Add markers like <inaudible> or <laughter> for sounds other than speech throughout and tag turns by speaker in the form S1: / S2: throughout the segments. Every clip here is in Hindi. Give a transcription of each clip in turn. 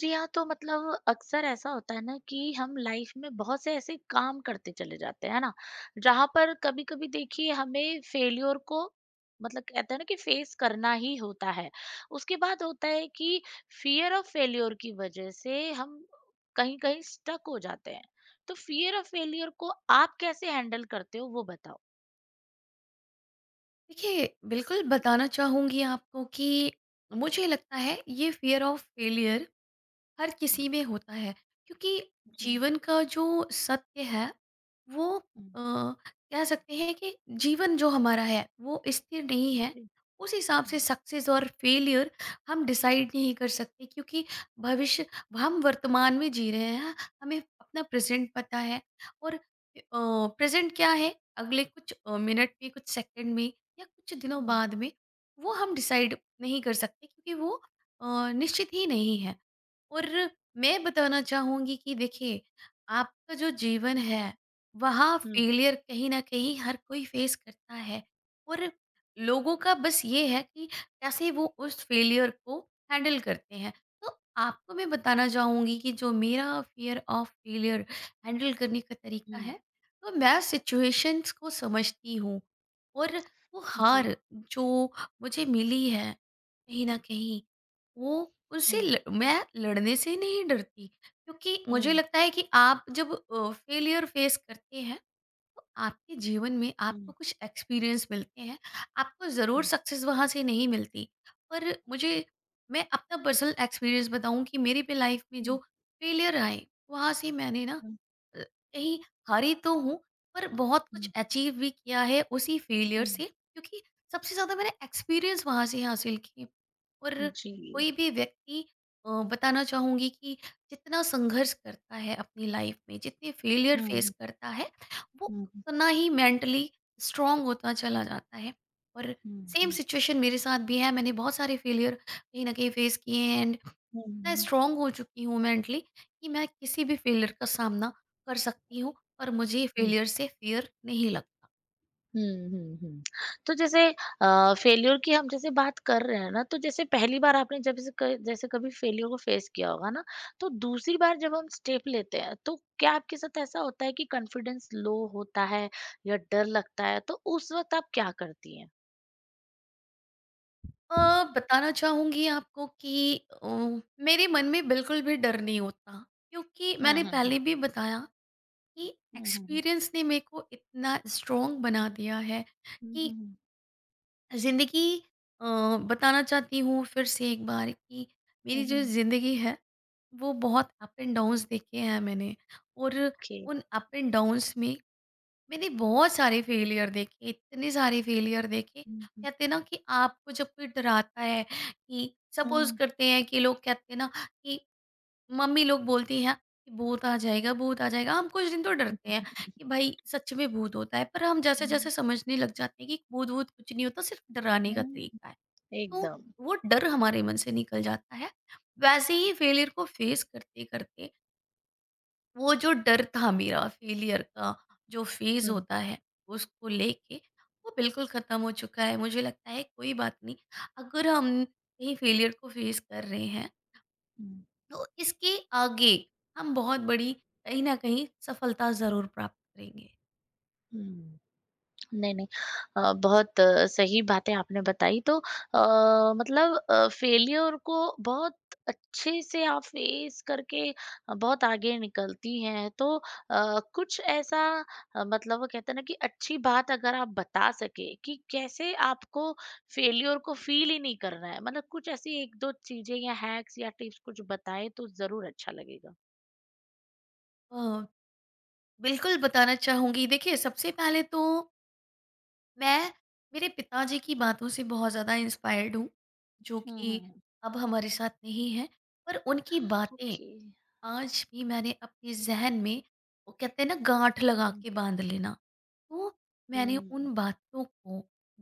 S1: जी हाँ, तो मतलब अक्सर ऐसा होता है ना कि हम लाइफ में बहुत से ऐसे काम करते चले जाते हैं, है ना? जहाँ पर कभी-कभी देखिए हमें फेल्योर को मतलब कहते हैं ना कि फेस करना ही होता है। उसके बाद होता है कि फियर ऑफ फेल्योर की वजह से हम कहीं-कहीं स्टक हो जाते हैं। तो फियर ऑफ फेल्योर को आप कैसे हैंडल करते हो वो बताओ?
S2: देखिए, बिल्कुल बताना चाहूँगी आपको कि मुझे लगता है ये फ़ियर ऑफ़ फेलियर हर
S1: हुँ,
S2: किसी में होता है। क्योंकि
S1: जी,
S2: जीवन का जो सत्य है वो
S1: हुँ,
S2: कह सकते हैं कि जीवन जो हमारा है वो स्थिर नहीं है।
S1: जी।
S2: उस हिसाब से
S1: हुँ,
S2: सक्सेस और फेलियर हम डिसाइड नहीं कर सकते क्योंकि भविष्य हम वर्तमान में जी रहे हैं। हमें अपना प्रेजेंट पता है और प्रेजेंट क्या है अगले कुछ मिनट में, कुछ सेकंड में या कुछ दिनों
S1: हुँ,
S2: बाद में वो हम डिसाइड नहीं कर सकते क्योंकि वो निश्चित ही नहीं है। और मैं बताना चाहूँगी कि देखिए, आपका जो जीवन है, वहाँ
S1: हुँ।
S2: फेलियर कहीं न कहीं हर कोई फेस करता है। और लोगों का बस ये है कि कैसे वो उस फेलियर को हैंडल करते हैं। तो आपको मैं बताना चाहूँगी कि जो मेरा फ़ियर ऑफ फेलियर हैंडल करने का तरीका
S1: हुँ,
S2: है, तो मैं सिचुएशंस को समझती हूँ और वो
S1: जी,
S2: हार जो मुझे मिली है, कहीं न कहीं वो उससे
S1: हुँ,
S2: ल मैं लड़ने से नहीं डरती क्योंकि मुझे
S1: हुँ,
S2: लगता है कि आप जब फेलियर फेस करते हैं तो आपके जीवन में आपको
S1: हुँ,
S2: कुछ एक्सपीरियंस मिलते हैं। आपको ज़रूर
S1: हुँ,
S2: सक्सेस वहाँ से नहीं मिलती। पर मुझे मैं अपना पर्सनल एक्सपीरियंस बताऊँ कि मेरी भी लाइफ में जो
S1: हुँ,
S2: फेलियर आए, वहाँ से मैंने ना अ, कहीं हारी तो हूँ पर बहुत कुछ
S1: हुँ।
S2: अचीव भी किया है उसी फेलियर
S1: हुँ,
S2: से। क्योंकि सबसे ज़्यादा मैंने एक्सपीरियंस वहाँ से हासिल की। और
S1: जी।
S2: कोई भी व्यक्ति, बताना चाहूँगी कि जितना संघर्ष करता है अपनी लाइफ में, जितने फेलियर
S1: हुँ,
S2: फेस
S1: हुँ,
S2: करता है वो
S1: हुँ,
S2: उतना ही मेंटली स्ट्रांग होता चला जाता है। और
S1: हुँ,
S2: सेम
S1: हुँ,
S2: सिचुएशन मेरे साथ भी है, मैंने बहुत सारे फेलियर कहीं ना कहीं फेस किए हैं एंड
S1: हुँ,
S2: इतना
S1: हुँ,
S2: स्ट्रांग हो चुकी हूँ मेंटली कि मैं किसी भी फेलियर का सामना कर सकती हूँ और मुझे
S1: हुँ,
S2: फेलियर से फियर नहीं लगता।
S1: हुँ, हुँ, हुँ। तो जैसे फेल्योर की हम जैसे बात कर रहे हैं ना, तो जैसे पहली बार आपने जब से क जैसे कभी फेल्योर को फेस किया होगा ना, तो दूसरी बार जब हम स्टेप लेते हैं, तो क्या आपके साथ ऐसा होता है कि कॉन्फिडेंस लो होता है या डर लगता है, तो उस वक़्त आप क्या करती हैं?
S2: बताना चाहूँगी आपको कि अ, मेरे मन में बिल्कुल भी डर नहीं होता क्योंकि
S1: हुँ,
S2: मैंने
S1: हुँ, हुँ।
S2: पहले भी बताया कि
S1: हुँ, हुँ,
S2: एक्सपीरियंस ने मेरे को इतना स्ट्रांग बना दिया है कि
S1: हुँ।
S2: ज़िंदगी, अ, बताना चाहती हूँ फिर से एक बार कि
S1: हुँ,
S2: मेरी
S1: हुँ, हुँ।
S2: जो
S1: हुँ, हुँ।
S2: ज़िंदगी है वो बहुत अप एंड डाउन्स देखे हैं मैंने। और
S1: ओके।
S2: उन अप एंड डाउन्स में मैंने बहुत सारे फेलियर देखे, इतने सारे फेलियर देखे।
S1: हुँ, हुँ,
S2: कहते हैं ना कि आपको जब कोई डराता है, कि सपोज़
S1: हुँ।
S2: करते हैं कि लोग कहते हैं ना कि मम्मी लोग बोलती हैं कि भूत आ जाएगा, भूत आ जाएगा। हम कुछ दिन तो डरते हैं कि भाई सच में भूत होता है, पर हम
S1: हुँ,
S2: जैसे-जैसे समझने लग जाते हैं कि भूत-वूत कुछ नहीं होता, सिर्फ डराने का
S1: हुँ, हुँ।
S2: तरीका है। तो
S1: एकदम।
S2: वो डर हमारे मन से निकल जाता है। वैसे ही फेलियर को फेस करते-करते वो जो डर था मेरा फेलियर का, जो फ़ेज़
S1: हुँ।
S2: होता है, उसको लेके वो बिल्कुल ख़त्म हो चुका है। मुझे लगता है कोई बात नहीं, अगर हम कहीं फेलियर को फ़ेस कर रहे हैं,
S1: हुँ,
S2: तो इसके आगे हम बहुत बड़ी कहीं न कहीं सफलता ज़रूर प्राप्त करेंगे।
S1: हुँ। नहीं, नहीं बहुत सही बातें आपने बताई तो मतलब फेल्योर को बहुत अच्छे से आप फेस करके बहुत आगे निकलती हैं। तो कुछ ऐसा मतलब वो कहते हैं ना कि अच्छी बात अगर आप बता सकें कि कैसे आपको फेल्योर को फ़ील ही नहीं करना है। मतलब कुछ ऐसी 1-2 चीज़ें या हैक्स या टिप्स कुछ बताएँ तो ज़रूर अच्छा लगेगा।
S2: अ, बिल्कुल बताना चाहूँगी, देखिए सबसे पहले तो मैं मेरे पिताजी की बातों से बहुत ज़्यादा इंस्पायर्ड हूँ, जो
S1: हुँ,
S2: कि
S1: हुँ।
S2: अब हमारे साथ नहीं हैं, पर उनकी बातें
S1: ओके।
S2: आज भी मैंने अपने ज़हन में, वो कहते हैं ना गांठ लगा
S1: हुँ,
S2: के बांध लेना, तो मैंने
S1: हुँ,
S2: उन बातों को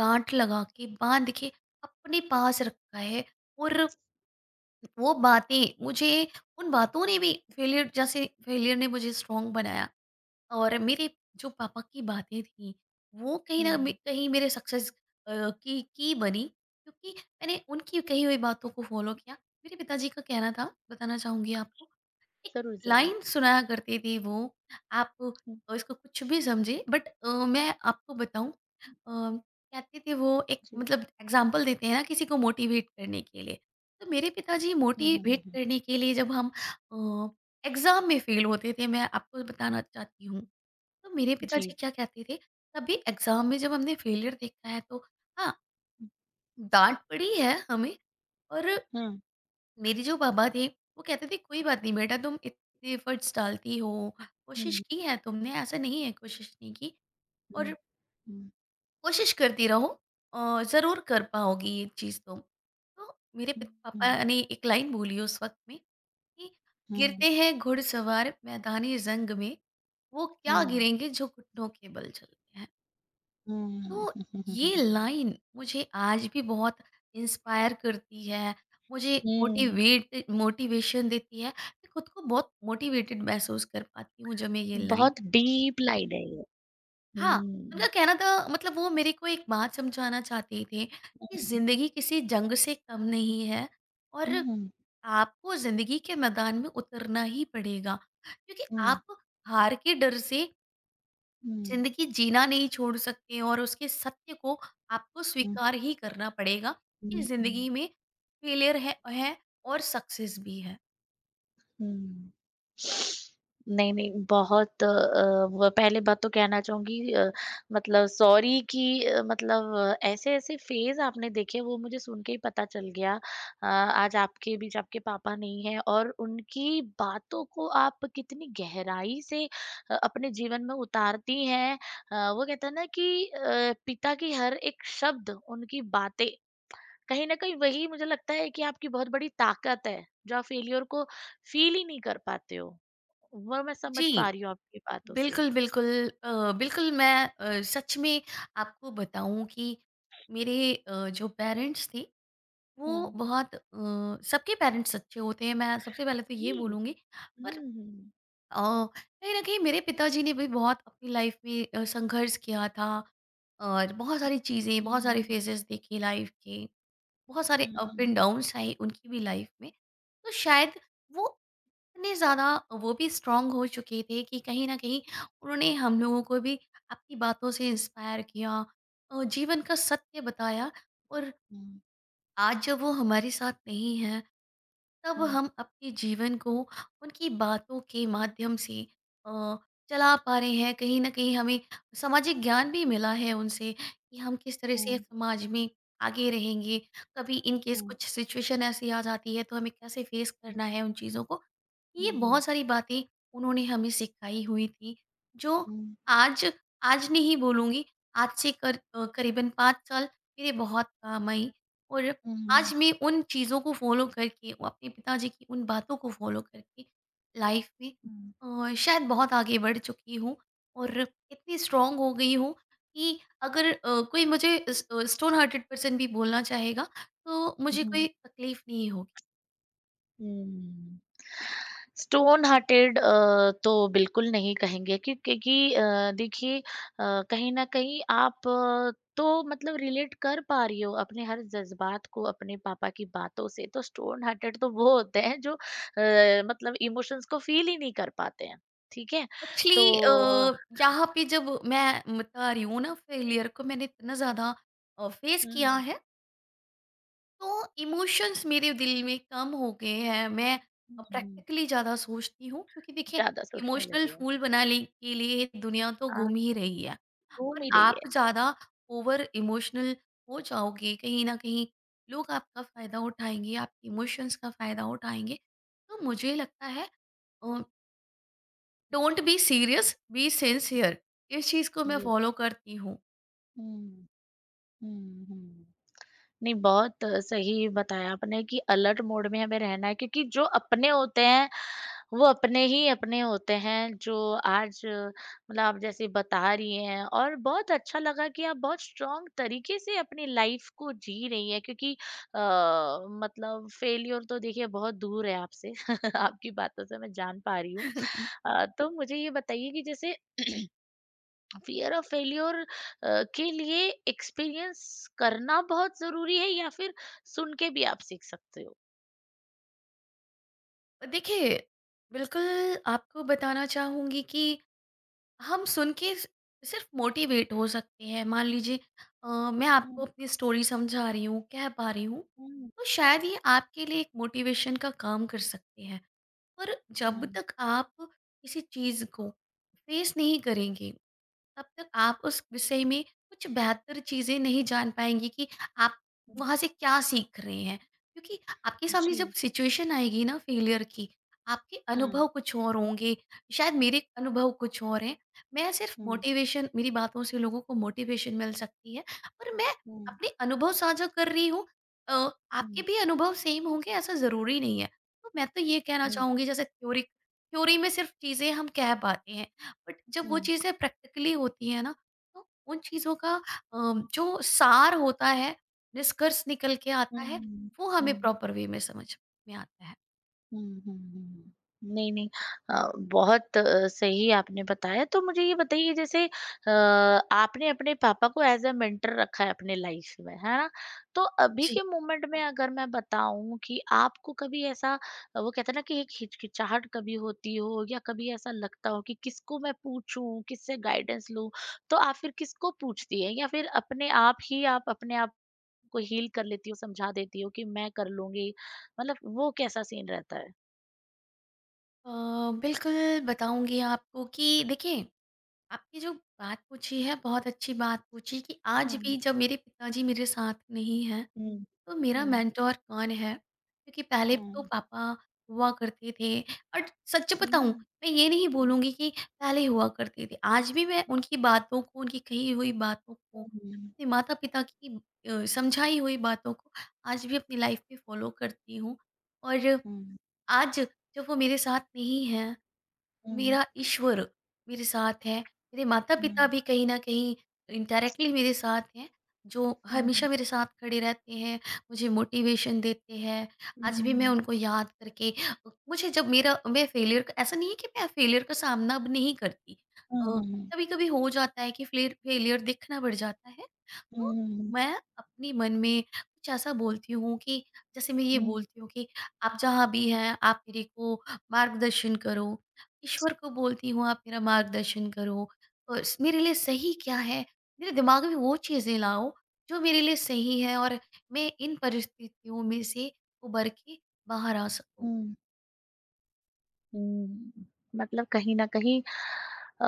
S2: गांठ लगा के बांध के अपने पास रखा है। और वो बातें मुझे, उन बातों ने भी फेलियर जैसे, फेलियर ने मुझे स्ट्रांग बनाया और मेरे जो पापा की बातें थी वो कहीं ना
S1: हुँ।
S2: कहीं मेरे सक्सेस की बनी क्योंकि मैंने उनकी कही हुई बातों को फॉलो किया। मेरे पिताजी का कहना था, बताना चाहूंगी आपको, एक
S1: ज़रूर, ज़रूर।
S2: लाइन सुनाया करती थी वो। आप
S1: हुँ,
S2: इसको कुछ भी समझे बट मैं आपको बताऊं, कहते थे वो, एक
S1: जी।
S2: मतलब एग्जाम्पल देते हैं ना किसी को मोटिवेट करने के लिए। तो मेरे पिताजी
S1: हुँ, हुँ, हुँ,
S2: मोटिवेट
S1: हुँ।
S2: करने के लिए, जब हम एग्जाम में फेल होते थे, मैं आपको बताना चाहती हूँ, तो मेरे
S1: जी।
S2: पिताजी क्या कहते थे, कभी एग्जाम में जब हमने फेलियर देखा है तो हाँ
S1: हुँ,
S2: डांट पड़ी है हमें। और
S1: हुँ,
S2: मेरे जो पापा थे, वो कहते थे, "कोई बात नहीं बेटा, तुम इतने एफ़र्ट्स डालती हो, कोशिश
S1: हुँ,
S2: की है तुमने, ऐसा नहीं है कोशिश नहीं की। और
S1: हुँ, हुँ,
S2: कोशिश करती रहो, ज़रूर कर पाओगी ये चीज़ तुम।" तो मेरे पित पापा ने एक लाइन बोली उस वक़्त में कि, "गिरते हैं घुड़सवार मैदाने जंग में, वो क्या
S1: हुँ,
S2: गिरेंगे जो घुटनों के बल चलते हैं।"
S1: हुँ,
S2: तो ये
S1: हुँ,
S2: लाइन मुझे आज भी बहुत इंस्पायर करती है, मुझे
S1: हुँ,
S2: मोटिवेट मोटिवेशन देती है। मैं खुद को बहुत मोटिवेटेड महसूस कर पाती हूँ जब मैं ये लाइन,
S1: बहुत डीप लाइन है ये।
S2: हाँ, उनका
S1: हुँ,
S2: कहना था मतलब वो मेरे को एक बात समझाना चाहते थे कि
S1: हुँ,
S2: ज़िंदगी किसी जंग से कम नहीं है। और
S1: हुँ, हुँ, हुँ,
S2: आपको ज़िंदगी के मैदान में उतरना ही पड़ेगा। क्योंकि
S1: हुँ,
S2: आप हार के डर से
S1: हुँ,
S2: ज़िंदगी जीना नहीं छोड़ सकते और उसके सत्य को आपको स्वीकार ही करना पड़ेगा कि
S1: हुँ,
S2: ज़िंदगी
S1: हुँ।
S2: में फेलियर है और सक्सेस भी है।
S1: हुँ। नहीं, नहीं बहुत व पहले बात तो कहना चाहूँगी मतलब सॉरी कि मतलब ऐसे-ऐसे फ़ेज़ आपने देखे वो मुझे सुन के ही पता चल गया। आज आपके बीच आपके पापा नहीं हैं और उनकी बातों को आप कितनी गहराई से अपने जीवन में उतारती हैं। वो कहते हैं ना कि पिता की हर एक शब्द, उनकी बातें कहीं न कहीं वही मुझे लगता है कि आपकी बहुत बड़ी ताकत है, जो आप फेल्योर को फ़ील ही नहीं कर पाते हो। वो मैं
S2: जी,
S1: समझ पा रही हूँ आपकी बातों से।
S2: बिल्कुल, बिल्कुल, बिल्कुल मैं, सच में आपको बताऊँ कि मेरे जो पेरेंट्स थे वो
S1: हुँ।
S2: बहुत सबके पेरेंट्स अच्छे होते हैं मैं सबसे पहले तो
S1: जी।
S2: ये बोलूँगी, पर
S1: हुँ, हुँ।
S2: अ, कहीं न कहीं मेरे पिताजी ने भी बहुत अपनी लाइफ में संघर्ष किया था और बहुत
S1: हुँ।
S2: सारी चीज़ें, बहुत
S1: हुँ,
S2: सारे
S1: हुँ।
S2: फेजेज़ देखे लाइफ के, बहुत सारे
S1: हुँ,
S2: up
S1: hmm,
S2: and
S1: hmm.
S2: Downs आए उनकी भी लाइफ में। तो शायद वो, इतने ज़्यादा वो भी स्ट्रॉन्ग हो चुके थे कि कहीं न कहीं उन्होंने हम लोगों को भी अपनी बातों से इंस्पायर किया, जीवन का सत्य बताया। और
S1: हुँ,
S2: आज जब वो हमारे साथ नहीं हैं, तब हम अपने जीवन को उनकी बातों के माध्यम से अ, चला पा रहे हैं। कहीं न कहीं हमें सामाजिक ज्ञान भी मिला है उनसे कि हम किस तरह से
S1: हुँ,
S2: समाज में आगे रहेंगे। कभी इन केस
S1: हुँ,
S2: कुछ सिचुएशन ऐसी आ जाती है तो हमें कैसे फेस करना है उन चीज़ों को। ये
S1: हुँ, हुँ, हुँ,
S2: बहुत सारी बातें उन्होंने हमें सिखाई हुई थी जो आज, आज नहीं बोलूँगी, आज से कर करीबन 5 साल मेरे बहुत काम आई। और
S1: हुँ,
S2: आज
S1: हुँ,
S2: मैं उन चीज़ों को फ़ॉलो करके और अपने पिताजी की उन बातों को फ़ॉलो करके लाइफ में शायद बहुत आगे बढ़ चुकी हूँ और इतनी स्ट्रॉन्ग हो गई हूँ कि अगर कोई मुझे स्टोन हार्टेड पर्सन भी बोलना चाहेगा तो
S1: हुँ,
S2: मुझे कोई
S1: हुँ।
S2: तकलीफ नहीं होगी।
S1: हुँ। स्टोन हार्टेड तो बिल्कुल नहीं कहेंगे क्योंकि देखिए कहीं न कहीं आप तो मतलब रिलेट कर पा रही हो अपने हर जज़्बात को अपने पापा की बातों से, तो स्टोन हार्टेड तो वो होते हैं जो मतलब इमोशंस को फ़ील ही नहीं कर पाते हैं, ठीक है?
S2: एक्चुअली
S1: तो
S2: यहाँ पे जब मैं बता रही हूँ ना फेलियर को मैंने इतना ज़्यादा फेस किया
S1: हुँ,
S2: है तो इमोशंस मेरे दिल में कम हो गए हैं। मैं
S1: हुँ, हुँ,
S2: प्रैक्टिकली ज़्यादा सोचती हूँ क्योंकि देखिए
S1: ज़्यादा सोचने
S2: इमोशनल
S1: लगे हो।
S2: फूल बनाने के लिए दुनिया तो घूम
S1: आप
S2: ही रही है।
S1: घूम
S2: और
S1: ही रही
S2: आप
S1: है।
S2: ज़्यादा ओवर इमोशनल हो जाओगे, कहीं ना कहीं लोग आपका फ़ायदा उठाएंगे, आपके इमोशंस का फ़ायदा उठाएंगे। तो मुझे लगता है don't be serious be sincere, इस चीज़ को मैं
S1: ये
S2: फॉलो करती हूँ।
S1: हुँ, हुँ, हुँ। नहीं, बहुत सही बताया आपने कि अलर्ट मोड में हमें रहना है क्योंकि जो अपने होते हैं, वो अपने ही अपने होते हैं, जो आज मतलब आप जैसे बता रही हैं और बहुत अच्छा लगा कि आप बहुत स्ट्रॉन्ग तरीके से अपनी लाइफ़ को जी रही हैं क्योंकि अ, मतलब फेल्योर तो देखिए बहुत दूर है आपसे, <laughs> आपकी बातों से मैं जान पा रही हूँ।
S2: <laughs>
S1: तो मुझे ये बताइए कि जैसे <clears throat> फियर ऑफ फेल्योर के लिए एक्सपीरियंस करना बहुत जरूरी है या फिर सुन के भी आप सीख सकते हो
S2: देखिए बिल्कुल आपको बताना चाहूँगी कि हम सुन के सिर्फ मोटिवेट हो सकते हैं। मान लीजिए मैं आपको
S1: हम्म,
S2: अपनी स्टोरी समझा रही हूँ, कह पा रही हूँ,
S1: हम्म,
S2: तो शायद ये आपके लिए एक मोटिवेशन का काम कर सकते हैं। पर जब
S1: हम्म,
S2: तक आप किसी चीज़ को फेस नहीं करेंगे तब तक आप उस विषय में कुछ बेहतर चीज़ें नहीं जान पाएँगी कि आप
S1: हम्म,
S2: वहाँ से क्या सीख रहे हैं। क्योंकि आपके सामने
S1: जी
S2: जब सिचुएशन आएगी ना फेलियर की, आपके
S1: हम्म
S2: अनुभव कुछ और होंगे, शायद मेरे अनुभव कुछ और हैं। मैं सिर्फ़
S1: हम्म
S2: मोटिवेशन मेरी बातों से लोगों को मोटिवेशन मिल सकती है और मैं
S1: हम्म
S2: अपने अनुभव साझा कर रही हूँ। अ, आपके
S1: हम्म
S2: भी अनुभव सेम होंगे ऐसा ज़रूरी नहीं है। तो मैं तो ये कहना
S1: हम्म
S2: चाहूँगी जैसे थ्योरी थ्योरी में सिर्फ़ चीज़ें हम कह पाते हैं। बट जब वो
S1: हम्म
S2: चीज़ें प्रैक्टिकली होती है ना तो उन चीज़ों का जो सार होता है, निष्कर्ष निकल के आता है,
S1: हम्म,
S2: वो हमें
S1: हम्म।
S2: प्रॉपर वे में समझ में आता है।
S1: हुँ, हुँ, हुँ। नहीं, नहीं बहुत सही आपने बताया तो मुझे ये बताइए जैसे आपने अपने पापा को एज़ अ मेंटर रखा है अपने लाइफ में, है ना? तो अभी
S2: जी
S1: के
S2: जी,
S1: मोमेंट में अगर मैं बताऊँ कि आपको कभी ऐसा वो कहते हैं ना कि एक हिचकिचाहट कभी होती हो या कभी ऐसा लगता हो कि किसको मैं पूछूँ, किससे गाइडेंस लूँ, तो आप फिर किसको पूछती हैं? या फिर अपने आप ही आप अपने आप को हील कर लेती हो, समझा देती हो कि मैं कर लूँगी? मतलब वो कैसा सीन रहता है?
S2: अ, बिल्कुल बताऊंगी आपको कि देखिए आपने जो बात पूछी है बहुत अच्छी बात पूछी कि आज
S1: Ừm,
S2: भी जब मेरे पिताजी मेरे साथ नहीं हैं
S1: ừm,
S2: तो मेरा
S1: ừm,
S2: मेंटोर कौन है? क्योंकि पहले तो
S1: ừm,
S2: पापा हुआ करते थे। और सच
S1: đúng
S2: बताऊँ,
S1: rồi,
S2: मैं ये नहीं
S1: ừm,
S2: बोलूँगी कि पहले हुआ करते थे। आज भी मैं
S1: đúng,
S2: उनकी बातों को, उनकी कही हुई बातों को,
S1: rồi,
S2: अपने माता-पिता की समझाई हुई बातों को आज भी अपनी लाइफ में फॉलो करती हूँ। और
S1: ừm,
S2: आज जब वो मेरे साथ नहीं हैं,
S1: ừm,
S2: मेरा ईश्वर मेरे साथ है, मेरे माता-पिता
S1: ừm,
S2: भी कहीं न कहीं इनडायरेक्टली मेरे साथ हैं, जो
S1: ừm,
S2: हमेशा मेरे साथ खड़े रहते हैं, मुझे मोटिवेशन देते हैं।
S1: ừm,
S2: आज भी मैं
S1: ừm,
S2: उनको याद करके, मुझे जब मेरा मैं फेलियर का, ऐसा नहीं है कि मैं फेलियर का सामना अब नहीं करती।
S1: ừm,
S2: अ,
S1: ừm,
S2: कभी-कभी हो जाता है कि फ्लेर फेलियर दिखना पड़ जाता है, तो
S1: ừm,
S2: मैं अपने मन में कुछ ऐसा बोलती हूँ कि जैसे मैं ये
S1: ừm,
S2: बोलती हूँ कि, "आप जहाँ भी हैं, आप मेरे को मार्गदर्शन करो।" ईश्वर को बोलती हूँ आप मेरा मार्गदर्शन करो और मेरे लिए सही क्या है मेरे दिमाग में वो चीज़ें लाओ जो मेरे लिए सही है और मैं इन परिस्थितियों में से उबर के बाहर आ सकूँ।
S1: ừm. हुँ, मतलब कहीं न कहीं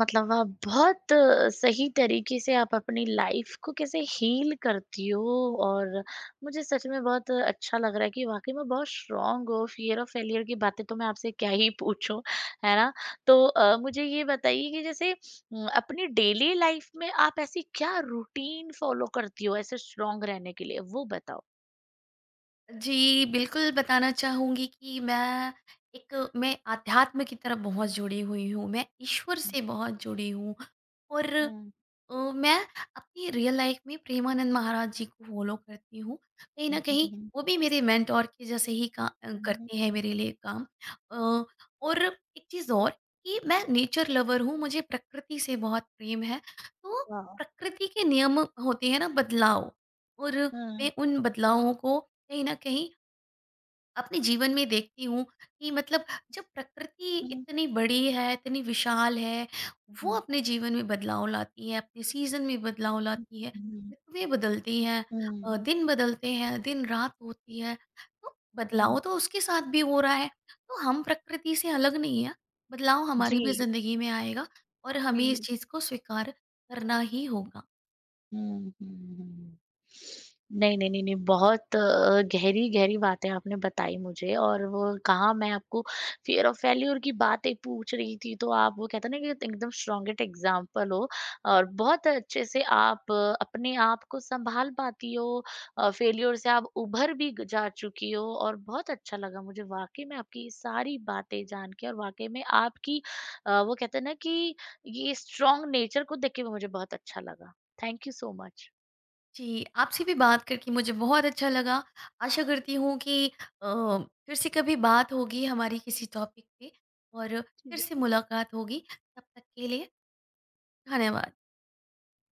S1: मतलब आप बहुत सही तरीके से आप अपनी लाइफ़ को कैसे हील करती हो और मुझे सच में बहुत अच्छा लग रहा है कि वाक़ई में बहुत स्ट्रॉन्ग हो, फियर ऑफ फेल्योर की बातें तो मैं आपसे क्या ही पूछूँ, है ना? तो मुझे ये बताइए कि जैसे अपनी डेली लाइफ़ में आप ऐसी क्या रूटीन फ़ॉलो करती हो ऐसे स्ट्रॉन्ग रहने के लिए? वो बताओ?
S2: जी बिल्कुल बताना चाहूँगी कि मैं, एक मैं आध्यात्म की तरफ बहुत जुड़ी हुई हूँ, मैं ईश्वर
S1: हुँ।
S2: से बहुत जुड़ी हूँ। और
S1: हुँ।
S2: मैं अपनी रियल लाइफ में प्रेमानंद महाराज जी को फ़ॉलो करती हूँ। कहीं न
S1: हुँ,
S2: कहीं
S1: हुँ,
S2: वो भी मेरे मेंटर के जैसे ही का
S1: हुँ,
S2: करते हैं
S1: हुँ।
S2: मेरे लिए काम। अ, और एक चीज़ और कि मैं नेचर लवर हूँ, मुझे प्रकृति से बहुत प्रेम है। तो
S1: वाओ!
S2: प्रकृति के नियम होते हैं ना बदलाव। और मैं
S1: हुँ,
S2: उन बदलावों को कहीं न कहीं अपने जीवन में देखती हूँ कि मतलब जब प्रकृति इतनी बड़ी है, इतनी विशाल है, वो
S1: हुँ।
S2: अपने जीवन में बदलाव लाती है, अपने सीजन में बदलाव लाती है, ऋतुएं बदलती हैं,
S1: 응응
S2: दिन बदलते हैं, दिन रात होती है, तो बदलाव
S1: 응,
S2: तो उसके साथ भी हो रहा है। तो हम प्रकृति से अलग नहीं है, बदलाव हमारी भी
S1: 지
S2: जिंदगी में आएगा और हमें इस
S1: 지.
S2: चीज को स्वीकार करना ही होगा।
S1: हुँ, हुँ, हुँ। नहीं, नहीं, नहीं, नहीं बहुत गहरी-गहरी बातें आपने बताई मुझे और वो कहा मैं आपको फ़ियर ऑफ फेल्यूर की बातें पूछ रही थी, तो आप वो कहते हैं ना कि एकदम स्ट्रॉन्गेस्ट एग्ज़ाम्पल हो और बहुत अच्छे से आप अपने आप को सँभाल पाती हो फेल्यूर से आप उभर भी ग जा चुकी हो और बहुत अच्छा लगा मुझे वाक़ई में आपकी ये सारी बातें जान के और वाक़ई में आपकी वो कहते हैं ना कि ये स्ट्रॉन्ग नेचर को देख के भी मुझे बहुत अच्छा लगा। Thank you so much.
S2: जी, आपसे भी बात करके मुझे बहुत अच्छा लगा। आशा करती हूँ कि अ, फिर से कभी बात होगी हमारी किसी टॉपिक पे और फिर से मुलाकात होगी। तब तक के लिए धन्यवाद।